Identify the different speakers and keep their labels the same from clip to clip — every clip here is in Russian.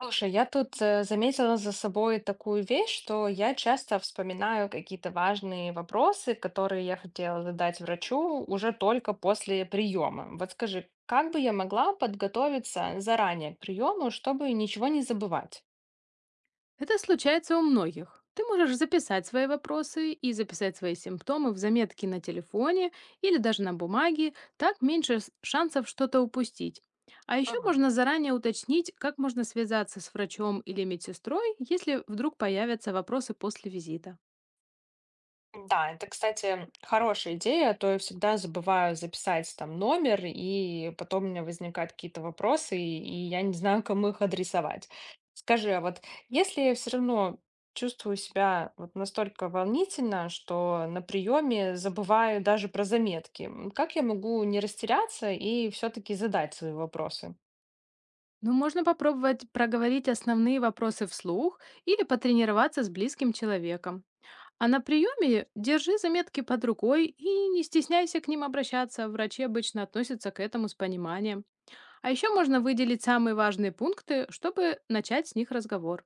Speaker 1: Слушай, я тут заметила за собой такую вещь, что я часто вспоминаю какие-то важные вопросы, которые я хотела задать врачу уже только после приема. Вот скажи, как бы я могла подготовиться заранее к приему, чтобы ничего не забывать?
Speaker 2: Это случается у многих. Ты можешь записать свои вопросы и записать свои симптомы в заметки на телефоне или даже на бумаге, так меньше шансов что-то упустить. А еще можно заранее уточнить, как можно связаться с врачом или медсестрой, если вдруг появятся вопросы после визита.
Speaker 1: Да, это, кстати, хорошая идея, а то я всегда забываю записать там номер, и потом у меня возникают какие-то вопросы, и я не знаю, кому их адресовать. Скажи, а вот если я все равно чувствую себя вот настолько волнительно, что на приеме забываю даже про заметки, как я могу не растеряться и все-таки задать свои вопросы?
Speaker 2: Ну, можно попробовать проговорить основные вопросы вслух или потренироваться с близким человеком. А на приеме держи заметки под рукой и не стесняйся к ним обращаться. Врачи обычно относятся к этому с пониманием. А еще можно
Speaker 1: Ага.
Speaker 2: выделить самые важные пункты, чтобы начать с них разговор.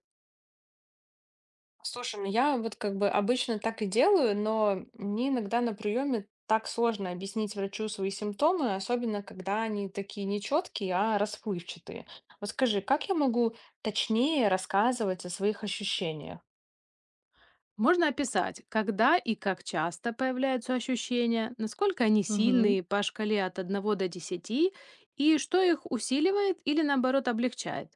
Speaker 1: Слушай, ну я вот как бы обычно так и делаю, но мне иногда на приеме так сложно объяснить врачу свои симптомы, особенно когда они такие нечеткие, а расплывчатые. Вот скажи, как я могу точнее рассказывать о своих ощущениях?
Speaker 2: Можно описать, когда и как часто появляются ощущения, насколько они
Speaker 1: Угу.
Speaker 2: сильные по шкале от одного до десяти и что их усиливает или наоборот облегчает.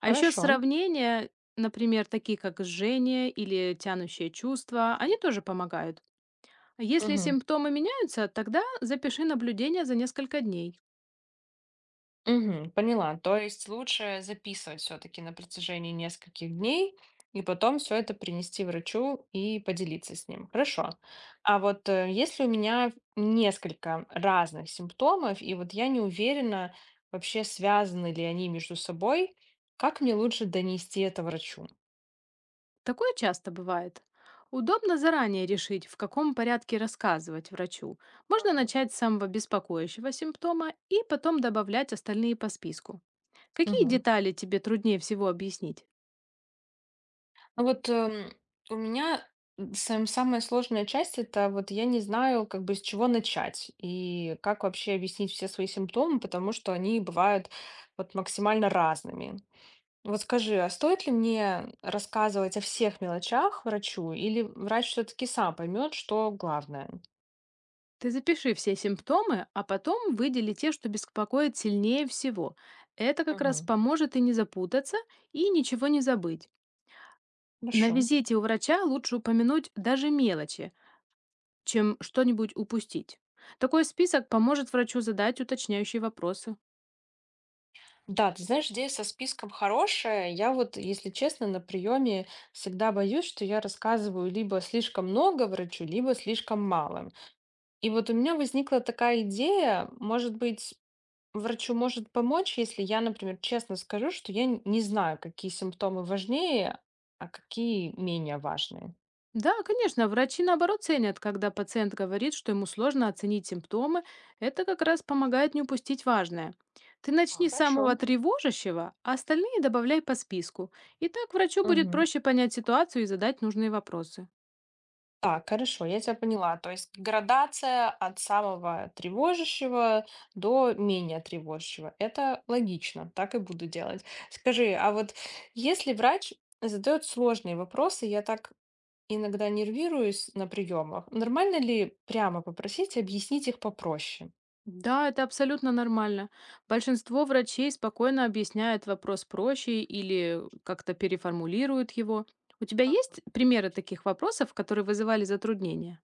Speaker 2: А еще
Speaker 1: Хорошо.
Speaker 2: сравнения, например, такие как жжение или тянущие чувства, они тоже помогают. Если
Speaker 1: Мгм.
Speaker 2: симптомы меняются, тогда запиши наблюдение за несколько дней.
Speaker 1: Мгм. Поняла. То есть лучше записывать все-таки на протяжении нескольких дней и потом все это принести врачу и поделиться с ним. Хорошо. А вот если у меня несколько разных симптомов, и вот я не уверена, вообще связаны ли они между собой, как мне лучше донести это врачу?
Speaker 2: Такое часто бывает. Удобно заранее решить, в каком порядке рассказывать врачу. Можно
Speaker 1: Мгм.
Speaker 2: начать с самого беспокоящего симптома и потом добавлять остальные по списку. Какие
Speaker 1: Мгм.
Speaker 2: детали тебе труднее всего объяснить?
Speaker 1: Ну вот, у меня самая сложная часть — это вот я не знаю, как бы, с чего начать и как вообще объяснить все свои симптомы, потому что они бывают вот максимально разными. Вот скажи, а стоит ли мне рассказывать о всех мелочах врачу или врач все-таки сам поймет, что главное?
Speaker 2: Ты запиши все симптомы, а потом выдели те, что беспокоит сильнее всего. Это как раз
Speaker 1: Мгм.
Speaker 2: поможет и не запутаться, и ничего не забыть. На
Speaker 1: Хорошо.
Speaker 2: визите у врача лучше упомянуть даже мелочи, чем что-нибудь упустить. Такой список поможет врачу задать уточняющие вопросы.
Speaker 1: Да, ты знаешь, идея со списком хорошая. Я вот, если честно, на приеме всегда боюсь, что я рассказываю либо слишком много врачу, либо слишком мало. И вот у меня возникла такая идея, может быть, врачу может помочь, если я, например, честно скажу, что я не знаю, какие симптомы важнее, а какие менее важные.
Speaker 2: Да, конечно, врачи наоборот ценят, когда пациент говорит, что ему сложно оценить симптомы. Это как раз помогает не упустить важное. Ты начни с
Speaker 1: Хорошо.
Speaker 2: самого тревожащего, а остальные добавляй по списку. И так врачу будет
Speaker 1: Мгм.
Speaker 2: проще понять ситуацию и задать нужные вопросы.
Speaker 1: Так, хорошо, я тебя поняла. То есть градация от самого тревожащего до менее тревожащего. Это логично, так и буду делать. Скажи, а вот если врач задает сложные вопросы, я так иногда нервируюсь на приемах. Нормально ли прямо попросить объяснить их попроще?
Speaker 2: Да, это абсолютно нормально. Большинство врачей спокойно объясняют вопрос проще или как-то переформулируют его. У тебя
Speaker 1: Мгм.
Speaker 2: есть примеры таких вопросов, которые вызывали затруднения?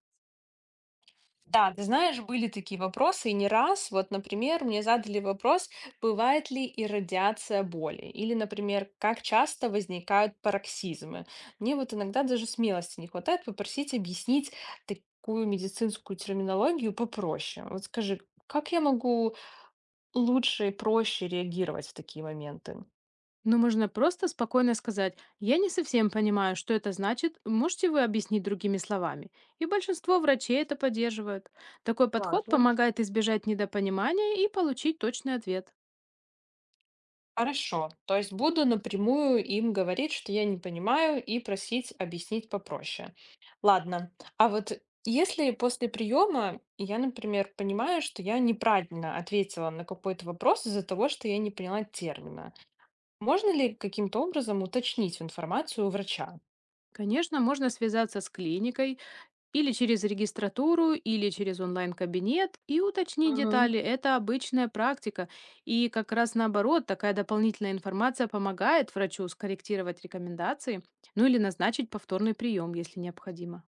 Speaker 1: Да, ты знаешь, были такие вопросы, и не раз. Вот, например, мне задали вопрос, бывает ли и радиация боли? Или, например, как часто возникают пароксизмы? Мне вот иногда даже смелости не хватает попросить объяснить такую медицинскую терминологию попроще. Вот скажи, как я могу лучше и проще реагировать в такие моменты?
Speaker 2: Ну, можно просто спокойно сказать, я не совсем понимаю, что это значит, можете вы объяснить другими словами? И большинство врачей это поддерживают. Такой подход
Speaker 1: Ладно.
Speaker 2: помогает избежать недопонимания и получить точный ответ.
Speaker 1: Хорошо. То есть буду напрямую им говорить, что я не понимаю, и просить объяснить попроще. Ладно. А вот если после приема я, например, понимаю, что я неправильно ответила на какой-то вопрос из-за того, что я не поняла термина, можно ли каким-то образом уточнить информацию у врача?
Speaker 2: Конечно, можно связаться с клиникой или через регистратуру, или через онлайн-кабинет и уточнить
Speaker 1: Мгм.
Speaker 2: детали. Это обычная практика. И как раз наоборот, такая дополнительная информация помогает врачу скорректировать рекомендации, ну или назначить повторный прием, если необходимо.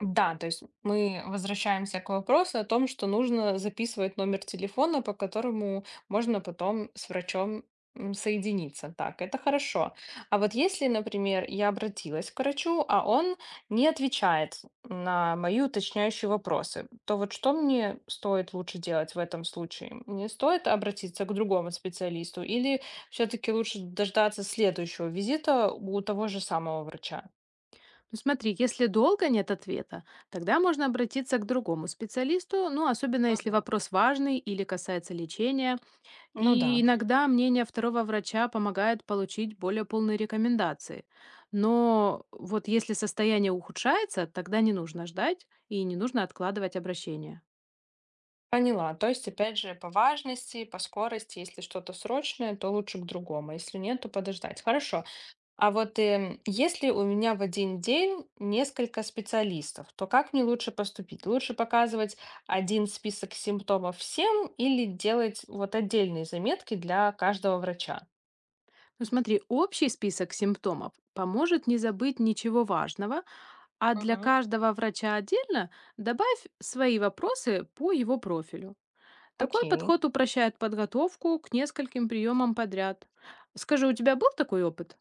Speaker 1: Да, то есть мы возвращаемся к вопросу о том, что нужно записывать номер телефона, по которому можно потом с врачом соединиться. Так, это хорошо. А вот если, например, я обратилась к врачу, а он не отвечает на мои уточняющие вопросы, то вот что мне стоит лучше делать в этом случае? Мне стоит обратиться к другому специалисту или все-таки лучше дождаться следующего визита у того же самого врача?
Speaker 2: Ну, смотри, если долго нет ответа, тогда можно обратиться к другому специалисту, ну, особенно если
Speaker 1: Мгм.
Speaker 2: вопрос важный или касается лечения.
Speaker 1: Ну да.
Speaker 2: И иногда мнение второго врача помогает получить более полные рекомендации. Но вот если состояние ухудшается, тогда не нужно ждать и не нужно откладывать обращение.
Speaker 1: Поняла. То есть, опять же, по важности, по скорости, если что-то срочное, то лучше к другому, если нет, то подождать. Хорошо. А вот если у меня в один день несколько специалистов, то как мне лучше поступить? Лучше показывать один список симптомов всем или делать вот отдельные заметки для каждого врача?
Speaker 2: Ну, смотри, общий список симптомов поможет не забыть ничего важного, а для
Speaker 1: Мгм.
Speaker 2: каждого врача отдельно добавь свои вопросы по его профилю. Такой
Speaker 1: Окей.
Speaker 2: подход упрощает подготовку к нескольким приемам подряд. Скажи, у тебя был такой опыт?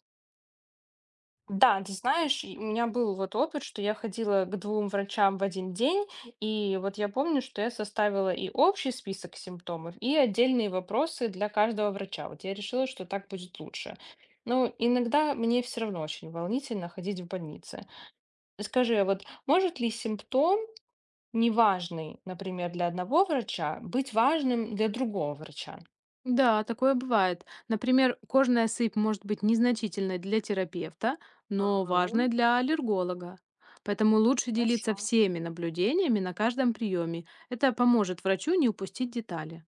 Speaker 1: Да, ты знаешь, и у меня был вот опыт, что я ходила к двум врачам в один день, и вот я помню, что я составила и общий список симптомов, и отдельные вопросы для каждого врача. Вот я решила, что так будет лучше. Но иногда мне все равно очень волнительно ходить в больнице. Скажи, а вот может ли симптом, неважный, например, для одного врача, быть важным для другого врача?
Speaker 2: Да, такое бывает. Например, кожная сыпь может быть незначительной для терапевта, но важной
Speaker 1: Мгм.
Speaker 2: для аллерголога. Поэтому лучше делиться
Speaker 1: Хорошо.
Speaker 2: всеми наблюдениями на каждом приеме. Это поможет врачу не упустить детали.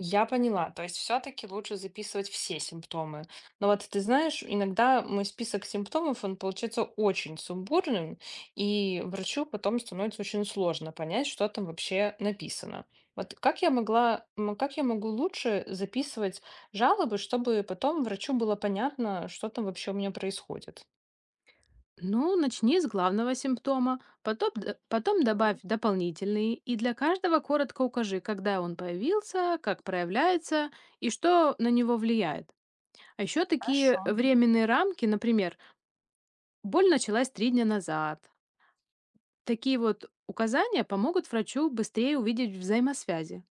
Speaker 1: Я поняла, то есть все-таки лучше записывать все симптомы. Но вот ты знаешь, иногда мой список симптомов, он получается очень сумбурным, и врачу потом становится очень сложно понять, что там вообще написано. Вот как я могу лучше записывать жалобы, чтобы потом врачу было понятно, что там вообще у меня происходит?
Speaker 2: Ну, начни с главного симптома, потом, потом добавь
Speaker 1: Мгм.
Speaker 2: дополнительные и для каждого коротко укажи, когда он появился, как проявляется и что на него влияет. А еще
Speaker 1: Хорошо.
Speaker 2: такие временные рамки, например, боль началась 3 дня назад. Такие вот указания помогут врачу быстрее увидеть взаимосвязи.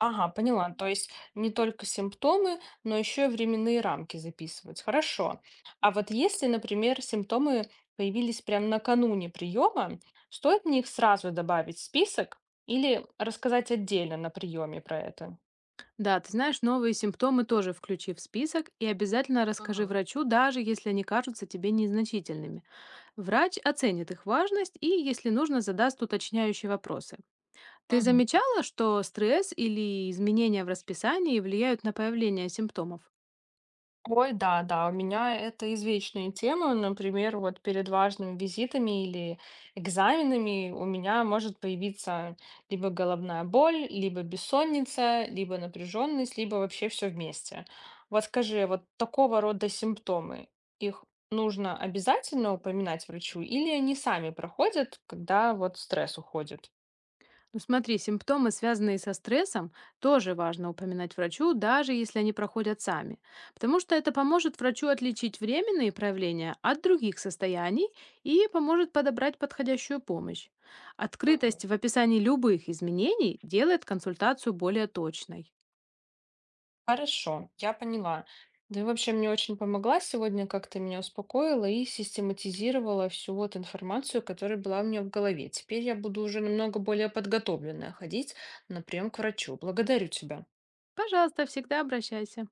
Speaker 1: Ага, поняла. То есть не только симптомы, но еще и временные рамки записывать. Хорошо. А вот если, например, симптомы появились прямо накануне приема, стоит в них сразу добавить в список или рассказать отдельно на приеме про это?
Speaker 2: Да, ты знаешь, новые симптомы тоже включи в список и обязательно расскажи
Speaker 1: Ага.
Speaker 2: врачу, даже если они кажутся тебе незначительными. Врач оценит их важность и, если нужно, задаст уточняющие вопросы. Ты
Speaker 1: Мгм.
Speaker 2: замечала, что стресс или изменения в расписании влияют на появление симптомов?
Speaker 1: Ой, да, да, у меня это извечная тема. Например, вот перед важными визитами или экзаменами у меня может появиться либо головная боль, либо бессонница, либо напряженность, либо вообще все вместе. Вот скажи, вот такого рода симптомы, их нужно обязательно упоминать врачу, или они сами проходят, когда вот стресс уходит?
Speaker 2: Ну смотри, симптомы, связанные со стрессом, тоже важно упоминать врачу, даже если они проходят сами, потому что это поможет врачу отличить временные проявления от других состояний и поможет подобрать подходящую помощь. Открытость в описании любых изменений делает консультацию более точной.
Speaker 1: Хорошо, я поняла. Да и вообще мне очень помогла сегодня, как ты меня успокоила и систематизировала всю вот информацию, которая была у меня в голове. Теперь я буду уже намного более подготовленная ходить на прием к врачу. Благодарю тебя.
Speaker 2: Пожалуйста, всегда обращайся.